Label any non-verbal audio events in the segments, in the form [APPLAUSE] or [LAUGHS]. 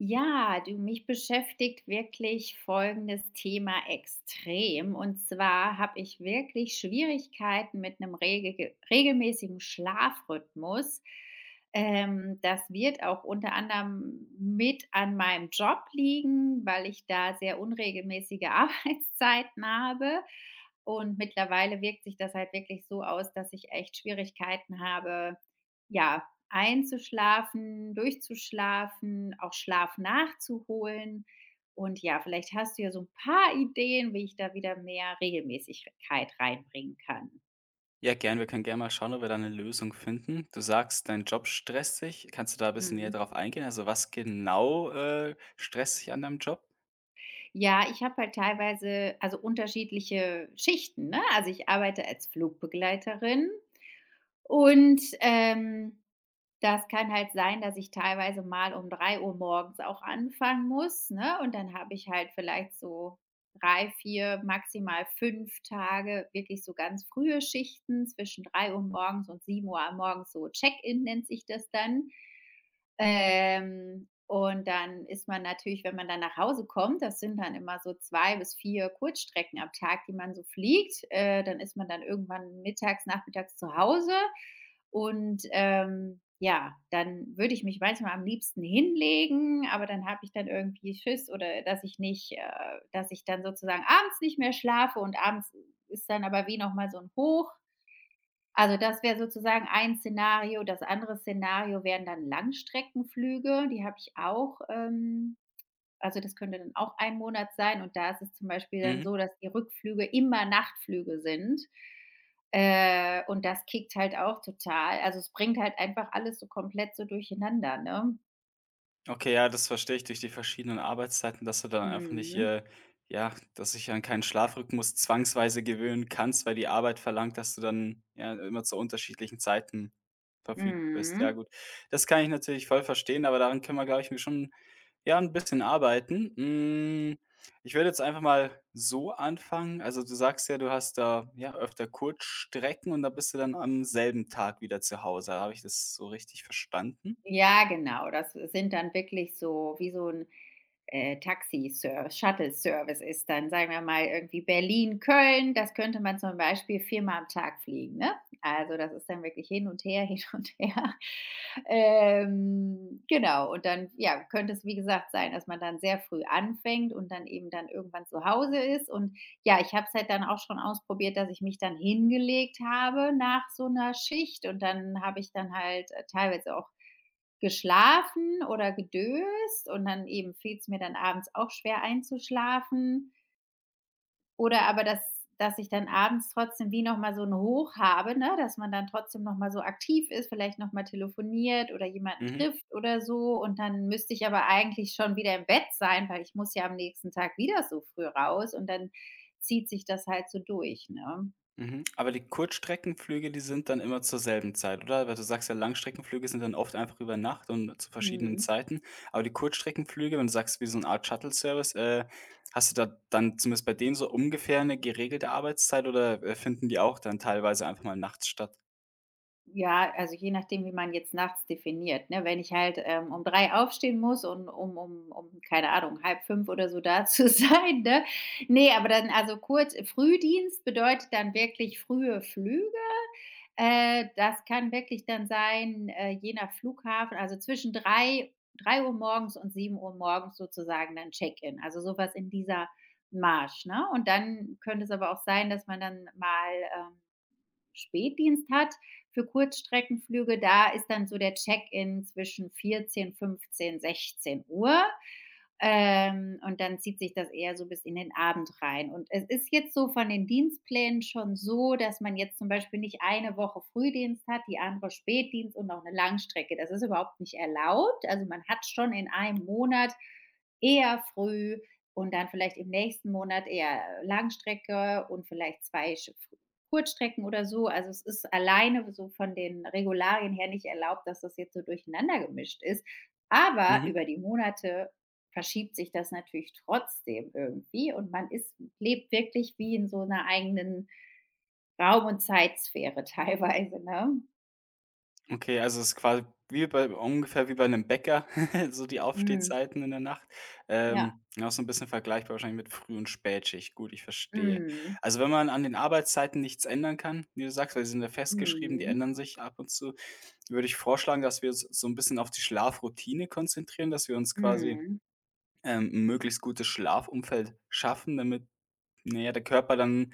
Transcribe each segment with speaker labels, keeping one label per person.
Speaker 1: Ja, du, mich beschäftigt wirklich folgendes Thema extrem. Und zwar habe ich wirklich Schwierigkeiten mit einem regege regelmäßigen Schlafrhythmus. Das wird auch unter anderem mit an meinem Job liegen, weil ich da sehr unregelmäßige [LAUGHS] Arbeitszeiten habe. Und mittlerweile wirkt sich das halt wirklich so aus, dass ich echt Schwierigkeiten habe, ja, einzuschlafen, durchzuschlafen, auch Schlaf nachzuholen. Und ja, vielleicht hast du ja so ein paar Ideen, wie ich da wieder mehr Regelmäßigkeit reinbringen kann.
Speaker 2: Ja, gern. Wir können gerne mal schauen, ob wir da eine Lösung finden. Du sagst, dein Job stresst dich. Kannst du da ein bisschen näher
Speaker 1: Mhm.
Speaker 2: drauf eingehen? Also, was genau, stresst dich an deinem Job?
Speaker 1: Ja, ich habe halt teilweise also unterschiedliche Schichten, ne? Also, ich arbeite als Flugbegleiterin und, das kann halt sein, dass ich teilweise mal um drei Uhr morgens auch anfangen muss, ne? Und dann habe ich halt vielleicht so 3, 4, maximal 5 Tage wirklich so ganz frühe Schichten zwischen drei Uhr morgens und sieben Uhr morgens, so Check-in nennt sich das dann. Und dann ist man natürlich, wenn man dann nach Hause kommt, das sind dann immer so 2 bis 4 Kurzstrecken am Tag, die man so fliegt. Dann ist man dann irgendwann mittags, nachmittags zu Hause. Und, ja, dann würde ich mich manchmal am liebsten hinlegen, aber dann habe ich dann irgendwie Schiss oder dass ich nicht dass ich dann sozusagen abends nicht mehr schlafe, und abends ist dann aber wie noch mal so ein Hoch. Also, das wäre sozusagen ein Szenario. Das andere Szenario wären dann Langstreckenflüge, die habe ich auch, also, das könnte dann auch ein Monat sein, und da ist es zum Beispiel dann
Speaker 2: Mhm.
Speaker 1: so, dass die Rückflüge immer Nachtflüge sind. Und das kickt halt auch total. Also, es bringt halt einfach alles so komplett so durcheinander, ne?
Speaker 2: Okay, ja, das verstehe ich durch die verschiedenen Arbeitszeiten, dass du dann einfach nicht,
Speaker 1: Mhm.
Speaker 2: äh ja, dass ich an keinen Schlafrhythmus zwangsweise gewöhnen kannst, weil die Arbeit verlangt, dass du dann, ja, immer zu unterschiedlichen Zeiten verfügbar bist. Ja,
Speaker 1: Mhm.
Speaker 2: gut. Das kann ich natürlich voll verstehen, aber daran können wir, glaube ich, schon ja, ein bisschen arbeiten. Hm, ich würde jetzt einfach mal so anfangen. Also, du sagst ja, du hast da, ja, öfter Kurzstrecken und da bist du dann am selben Tag wieder zu Hause. Habe ich das so richtig verstanden?
Speaker 1: Ja, genau. Das sind dann wirklich so wie so ein Taxi-Service, Shuttle-Service ist dann, sagen wir mal, irgendwie Berlin, Köln, das könnte man zum Beispiel viermal am Tag fliegen. Ne? Also das ist dann wirklich hin und her, [LAUGHS] hin und her. [LAUGHS] Genau, und dann ja, könnte es, wie gesagt, sein, dass man dann sehr früh anfängt und dann eben dann irgendwann zu Hause ist. Und ja, ich habe es halt dann auch schon ausprobiert, dass ich mich dann hingelegt habe nach so einer Schicht, und dann habe ich dann halt teilweise auch geschlafen oder gedöst, und dann eben fällt es mir dann abends auch schwer einzuschlafen. Oder aber, dass ich dann abends trotzdem wie noch mal so ein Hoch habe, ne, dass man dann trotzdem noch mal so aktiv ist, vielleicht noch mal telefoniert oder jemanden
Speaker 2: Mhm.
Speaker 1: trifft oder so. Und dann müsste ich aber eigentlich schon wieder im Bett sein, weil ich muss ja am nächsten Tag wieder so früh raus, und dann zieht sich das halt so durch, ne?
Speaker 2: Mhm. Aber die Kurzstreckenflüge, die sind dann immer zur selben Zeit, oder? Weil du sagst ja, Langstreckenflüge sind dann oft einfach über Nacht und zu verschiedenen
Speaker 1: Mhm.
Speaker 2: Zeiten. Aber die Kurzstreckenflüge, wenn du sagst, wie so eine Art Shuttle-Service, hast du da dann zumindest bei denen so ungefähr eine geregelte Arbeitszeit oder finden die auch dann teilweise einfach mal nachts statt?
Speaker 1: Ja, also je nachdem, wie man jetzt nachts definiert, ne? Wenn ich halt, um 3 aufstehen muss und um, keine Ahnung, halb fünf oder so da zu [LAUGHS] sein, ne? Nee, aber dann also kurz Frühdienst bedeutet dann wirklich frühe Flüge. Das kann wirklich dann sein, je nach Flughafen, also zwischen drei Uhr morgens und sieben Uhr morgens sozusagen dann Check-in, also sowas in dieser Marge, ne? Und dann könnte es aber auch sein, dass man dann mal, ähm Spätdienst hat für Kurzstreckenflüge, da ist dann so der Check-in zwischen 14, 15, 16:00. Und dann zieht sich das eher so bis in den Abend rein. Und es ist jetzt so von den Dienstplänen schon so, dass man jetzt zum Beispiel nicht eine Woche Frühdienst hat, die andere Spätdienst und noch eine Langstrecke. Das ist überhaupt nicht erlaubt. Also, man hat schon in einem Monat eher früh und dann vielleicht im nächsten Monat eher Langstrecke und vielleicht 2 sch Kurzstrecken oder so. Also, es ist alleine so von den Regularien her nicht erlaubt, dass das jetzt so durcheinandergemischt ist. Aber
Speaker 2: Mhm.
Speaker 1: über die Monate verschiebt sich das natürlich trotzdem irgendwie, und man ist lebt wirklich wie in so einer eigenen Raum und Zeitsphäre [LAUGHS] teilweise, ne?
Speaker 2: Okay, also es ist quasi wie bei ungefähr wie bei einem Bäcker, [LAUGHS] so die
Speaker 1: Mhm.
Speaker 2: Aufstehzeiten in der Nacht.
Speaker 1: Ja.
Speaker 2: Ja, auch so ein bisschen vergleichbar wahrscheinlich mit Früh- und Spätschicht. Gut, ich verstehe.
Speaker 1: Mhm.
Speaker 2: Also, wenn man an den Arbeitszeiten nichts ändern kann, wie du sagst, weil sie sind ja festgeschrieben, die
Speaker 1: Mhm.
Speaker 2: ändern sich ab und zu, würde ich vorschlagen, dass wir uns so ein bisschen auf die Schlafroutine konzentrieren, dass wir uns quasi
Speaker 1: Mhm.
Speaker 2: 'n möglichst gutes Schlafumfeld schaffen, damit, na ja, der Körper dann,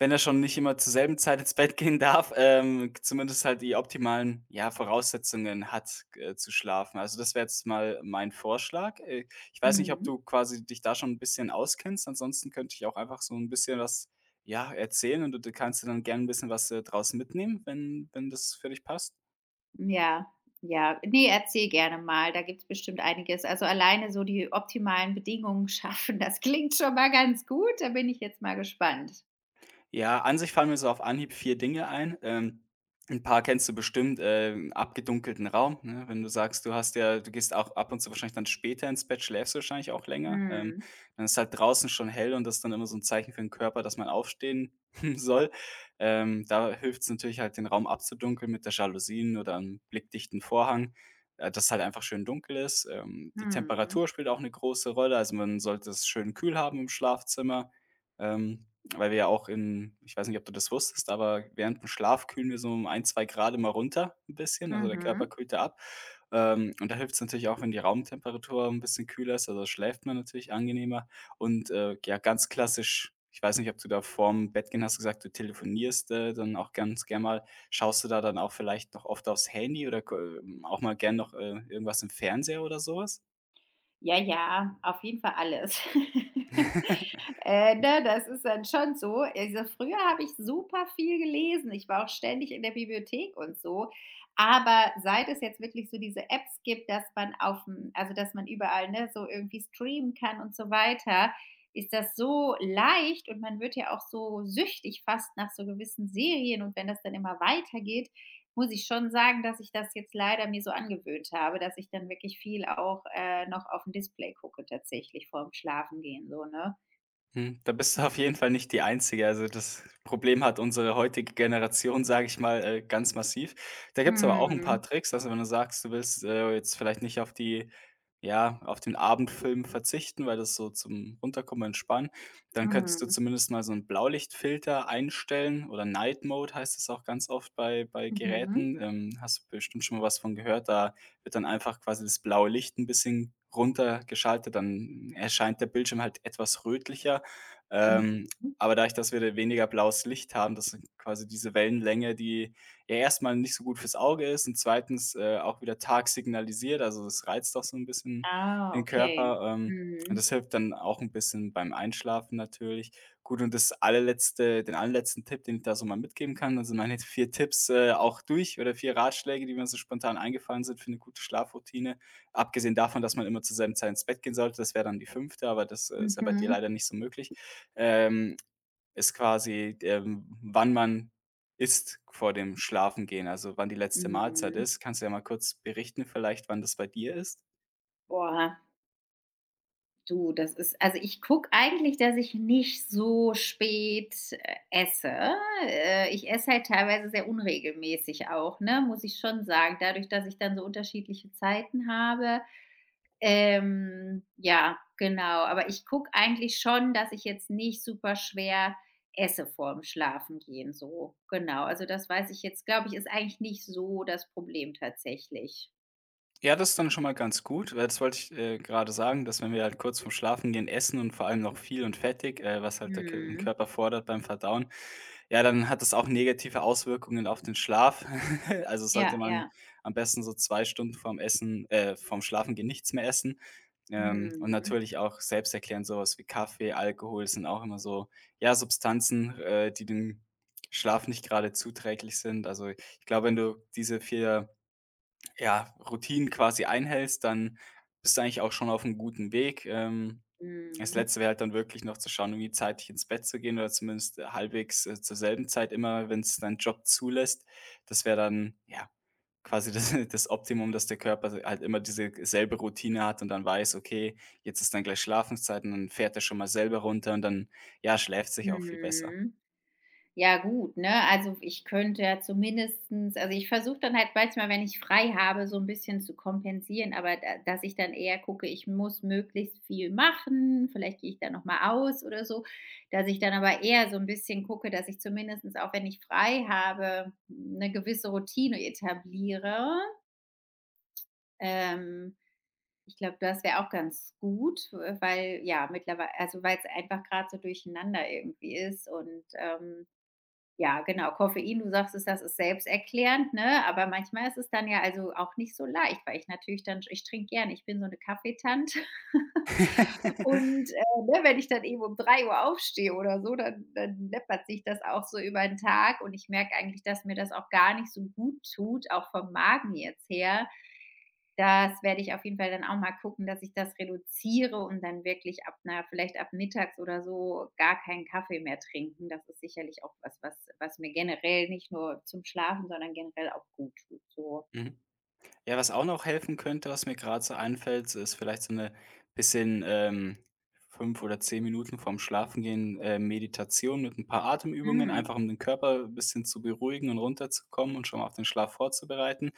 Speaker 2: wenn er schon nicht immer zur selben Zeit ins Bett gehen darf, zumindest halt die optimalen, ja, Voraussetzungen hat, zu schlafen. Also, das wäre jetzt mal mein Vorschlag. Ich weiß nicht, ob
Speaker 1: Mhm.
Speaker 2: du quasi dich da schon ein bisschen auskennst. Ansonsten könnte ich auch einfach so ein bisschen was, ja, erzählen und du d kannst dir dann gerne ein bisschen was, draus mitnehmen, wenn das für dich passt.
Speaker 1: Ja, ja. Ne, erzähl gerne mal, da gibt's bestimmt einiges. Also, alleine so die optimalen Bedingungen [LAUGHS] schaffen, das klingt schon mal ganz gut. Da bin ich jetzt mal gespannt.
Speaker 2: Ja, an sich fallen mir so auf Anhieb 4 Dinge ein. 'N paar kennst du bestimmt: abgedunkelten Raum, ne? Wenn du sagst, du hast ja, du gehst auch ab und zu wahrscheinlich dann später ins Bett, schläfst du wahrscheinlich auch länger.
Speaker 1: Mhm.
Speaker 2: Dann ist halt draußen schon hell und das ist dann immer so ein Zeichen für den Körper, dass man aufstehen [LAUGHS] soll. Da hilft es natürlich halt, den Raum abzudunkeln mit der Jalousien oder einem blickdichten Vorhang, dass halt einfach schön dunkel ist. Die
Speaker 1: Mhm.
Speaker 2: Temperatur spielt auch eine große Rolle, also man sollte es schön kühl haben im Schlafzimmer. Ähm weil wir ja auch in, ich weiß nicht, ob du das wusstest, aber während dem Schlaf kühlen wir so um 1, 2 C mal runter ein bisschen, also der Körper
Speaker 1: Mhm.
Speaker 2: kühlt da ab. Und da hilft es natürlich auch, wenn die Raumtemperatur ein bisschen kühler ist, also schläft man natürlich angenehmer. Und, ja, ganz klassisch, ich weiß nicht, ob du da vorm Bett gehen hast gesagt, du telefonierst, dann auch ganz gern mal. Schaust du da dann auch vielleicht noch oft aufs Handy oder ko auch mal gern noch, irgendwas im Fernseher oder sowas?
Speaker 1: Ja, ja, auf jeden Fall alles. [LAUGHS]
Speaker 2: [LAUGHS]
Speaker 1: Ne, das ist dann schon so. Also, früher habe ich super viel gelesen. Ich war auch ständig in der Bibliothek und so. Aber seit es jetzt wirklich so diese Apps gibt, dass man aufm also, dass man überall, ne, so irgendwie streamen kann und so weiter, ist das so leicht, und man wird ja auch so süchtig fast nach so gewissen Serien, und wenn das dann immer weitergeht, muss ich schon sagen, dass ich das jetzt leider mir so angewöhnt habe, dass ich dann wirklich viel auch, noch auf dem Display gucke tatsächlich vorm Schlafengehen so, ne?
Speaker 2: Hm, da bist du [LAUGHS] auf jeden Fall nicht die Einzige. Also, das Problem hat unsere heutige Generation, sage ich mal, ganz massiv. Da gibt's aber auch ein paar
Speaker 1: Mhm.
Speaker 2: Tricks. Also, wenn du sagst, du willst, jetzt vielleicht nicht auf die ja, auf den Abendfilm verzichten, weil das so zum Runterkommen, Entspannen, dann könntest du
Speaker 1: Mhm.
Speaker 2: zumindest mal so einen Blaulichtfilter einstellen oder Night Mode heißt es auch ganz oft bei
Speaker 1: Mhm.
Speaker 2: Geräten. Hast du bestimmt schon mal was von gehört. Da wird dann einfach quasi das blaue Licht ein bisschen runtergeschaltet, dann erscheint der Bildschirm halt etwas rötlicher. Ähm,
Speaker 1: Mhm.
Speaker 2: aber dadurch, dass wir da weniger blaues Licht haben, das sind quasi diese Wellenlänge, die ja erstmal nicht so gut fürs Auge ist und zweitens, auch wieder Tag signalisiert. Also, das reizt doch so ein bisschen
Speaker 1: Ah,
Speaker 2: den
Speaker 1: okay.
Speaker 2: Körper, und
Speaker 1: Mhm.
Speaker 2: das hilft dann auch ein bisschen beim Einschlafen natürlich. Gut, und das allerletzte, den allerletzten Tipp, den ich da so mal mitgeben kann, also meine [LAUGHS] 4 Tipps, auch durch, oder 4 Ratschläge, die mir so spontan eingefallen sind für eine gute Schlafroutine: abgesehen davon, dass man immer zur selben Zeit ins Bett gehen sollte, das wäre dann die fünfte, aber das, ist ja bei dir
Speaker 1: Mhm.
Speaker 2: leider nicht so möglich, ähm, ist quasi, wann man isst vor dem Schlafengehen, also wann die letzte Mahlzeit
Speaker 1: Mhm.
Speaker 2: ist. Kannst du ja mal kurz berichten vielleicht, wann das bei dir ist?
Speaker 1: Boah, du, das ist also, ich gucke eigentlich, dass ich nicht so spät, esse. Ich esse halt teilweise sehr unregelmäßig auch, ne, muss ich schon sagen. Dadurch, dass ich dann so unterschiedliche Zeiten habe. Ja, genau. Aber ich gucke eigentlich schon, dass ich jetzt nicht super schwer esse vorm Schlafengehen so. Genau. Also, das weiß ich jetzt, glaube ich, ist eigentlich nicht so das Problem tatsächlich.
Speaker 2: Ja, das ist dann schon mal ganz gut, weil das wollte ich, gerade sagen, dass wenn wir halt kurz vorm Schlafengehen essen und vor allem noch viel und fettig, was halt der Kö
Speaker 1: Mhm.
Speaker 2: Körper fordert beim Verdauen, ja, dann hat das auch negative Auswirkungen auf den Schlaf. [LAUGHS] Also, sollte
Speaker 1: Ja,
Speaker 2: man
Speaker 1: ja.
Speaker 2: am besten so 2 Stunden vorm Schlafengehen nichts mehr essen. Und
Speaker 1: Mhm.
Speaker 2: natürlich auch selbsterklärend so was wie Kaffee, Alkohol sind auch immer so, ja, Substanzen, die dem Schlaf nicht gerade zuträglich sind. Also, ich glaube, wenn du diese 4, ja, Routinen quasi einhältst, dann bist du eigentlich auch schon auf einem guten Weg. Das
Speaker 1: Mhm.
Speaker 2: Letzte wäre halt dann wirklich noch zu schauen, irgendwie zeitig ins Bett zu gehen oder zumindest halbwegs, zur selben Zeit immer, wenn es dein Job zulässt. Das wäre dann, ja, quasi das [LAUGHS] das Optimum, dass der Körper halt immer diese selbe Routine hat und dann weiß: „Okay, jetzt ist dann gleich Schlafenszeit", und dann fährt er schon mal selber runter und dann, ja, schläft sich auch viel besser.
Speaker 1: Mhm. Ja gut, ne? Also, ich könnte ja zumindestens also, ich versuche dann halt manchmal, wenn ich frei habe, so ein bisschen zu kompensieren, aber da dass ich dann eher gucke, ich muss möglichst viel machen, vielleicht gehe ich dann noch mal aus oder so, dass ich dann aber eher so ein bisschen gucke, dass ich zumindestens auch, wenn ich frei habe, eine gewisse Routine etabliere. Ähm, Ich glaube, das wäre auch ganz gut, weil ja, mittlerweile, also, weil es einfach gerade so durcheinander irgendwie ist und, ja, genau. Koffein, du sagst es, das ist selbsterklärend, ne? Aber manchmal ist es dann ja also auch nicht so leicht, weil ich natürlich dann ich trinke gern. Ich bin so eine Kaffeetante.
Speaker 2: [LAUGHS]
Speaker 1: Und, ne, wenn ich dann eben um drei Uhr aufstehe oder so, dann läppert sich das auch so über den Tag, und ich merke eigentlich, dass mir das auch gar nicht so gut tut, auch vom Magen jetzt her. Das werde ich auf jeden Fall dann auch mal gucken, dass ich das reduziere und dann wirklich vielleicht ab mittags oder so gar keinen Kaffee mehr trinken. Das ist sicherlich auch was, was mir generell nicht nur zum Schlafen, sondern generell auch gut tut so.
Speaker 2: Mhm. Ja, was auch noch helfen könnte, was mir gerade so einfällt, so ist vielleicht so eine bisschen, 5 oder 10 Minuten vorm Schlafengehen, Meditation mit ein paar Atemübungen,
Speaker 1: Mhm.
Speaker 2: einfach um den Körper ein bisschen zu beruhigen und runterzukommen und schon mal auf den Schlaf vorzubereiten.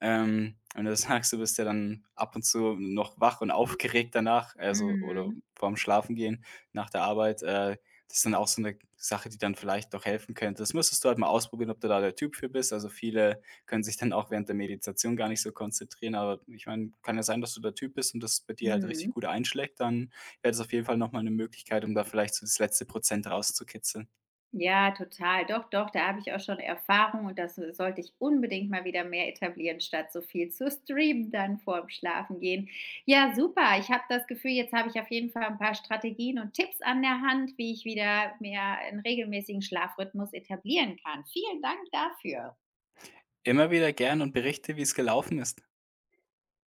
Speaker 2: Wenn du das [LAUGHS] sagst, du bist ja dann ab und zu noch wach und aufgeregt danach, also oder
Speaker 1: Mhm.
Speaker 2: vorm Schlafengehen nach der Arbeit, das ist dann auch so eine Sache, die dann vielleicht doch helfen könnte. Das müsstest du halt mal ausprobieren, ob du da der Typ für bist. Also, viele können sich dann auch während der Meditation gar nicht so konzentrieren, aber ich meine, kann ja sein, dass du der Typ bist und das bei dir halt richtig
Speaker 1: Mhm.
Speaker 2: gut einschlägt, dann wäre das auf jeden Fall noch mal 'ne Möglichkeit, um da vielleicht so das letzte Prozent rauszukitzeln.
Speaker 1: Ja, total. Doch, doch, da habe ich auch schon Erfahrung, und das sollte ich unbedingt mal wieder mehr etablieren, statt so viel zu streamen dann vorm Schlafengehen. Ja, super. Ich habe das Gefühl, jetzt habe ich auf jeden Fall ein paar Strategien und Tipps an der Hand, wie ich wieder mehr einen regelmäßigen Schlafrhythmus etablieren kann. Vielen Dank dafür.
Speaker 2: Immer wieder gern, und berichte, wie es gelaufen ist.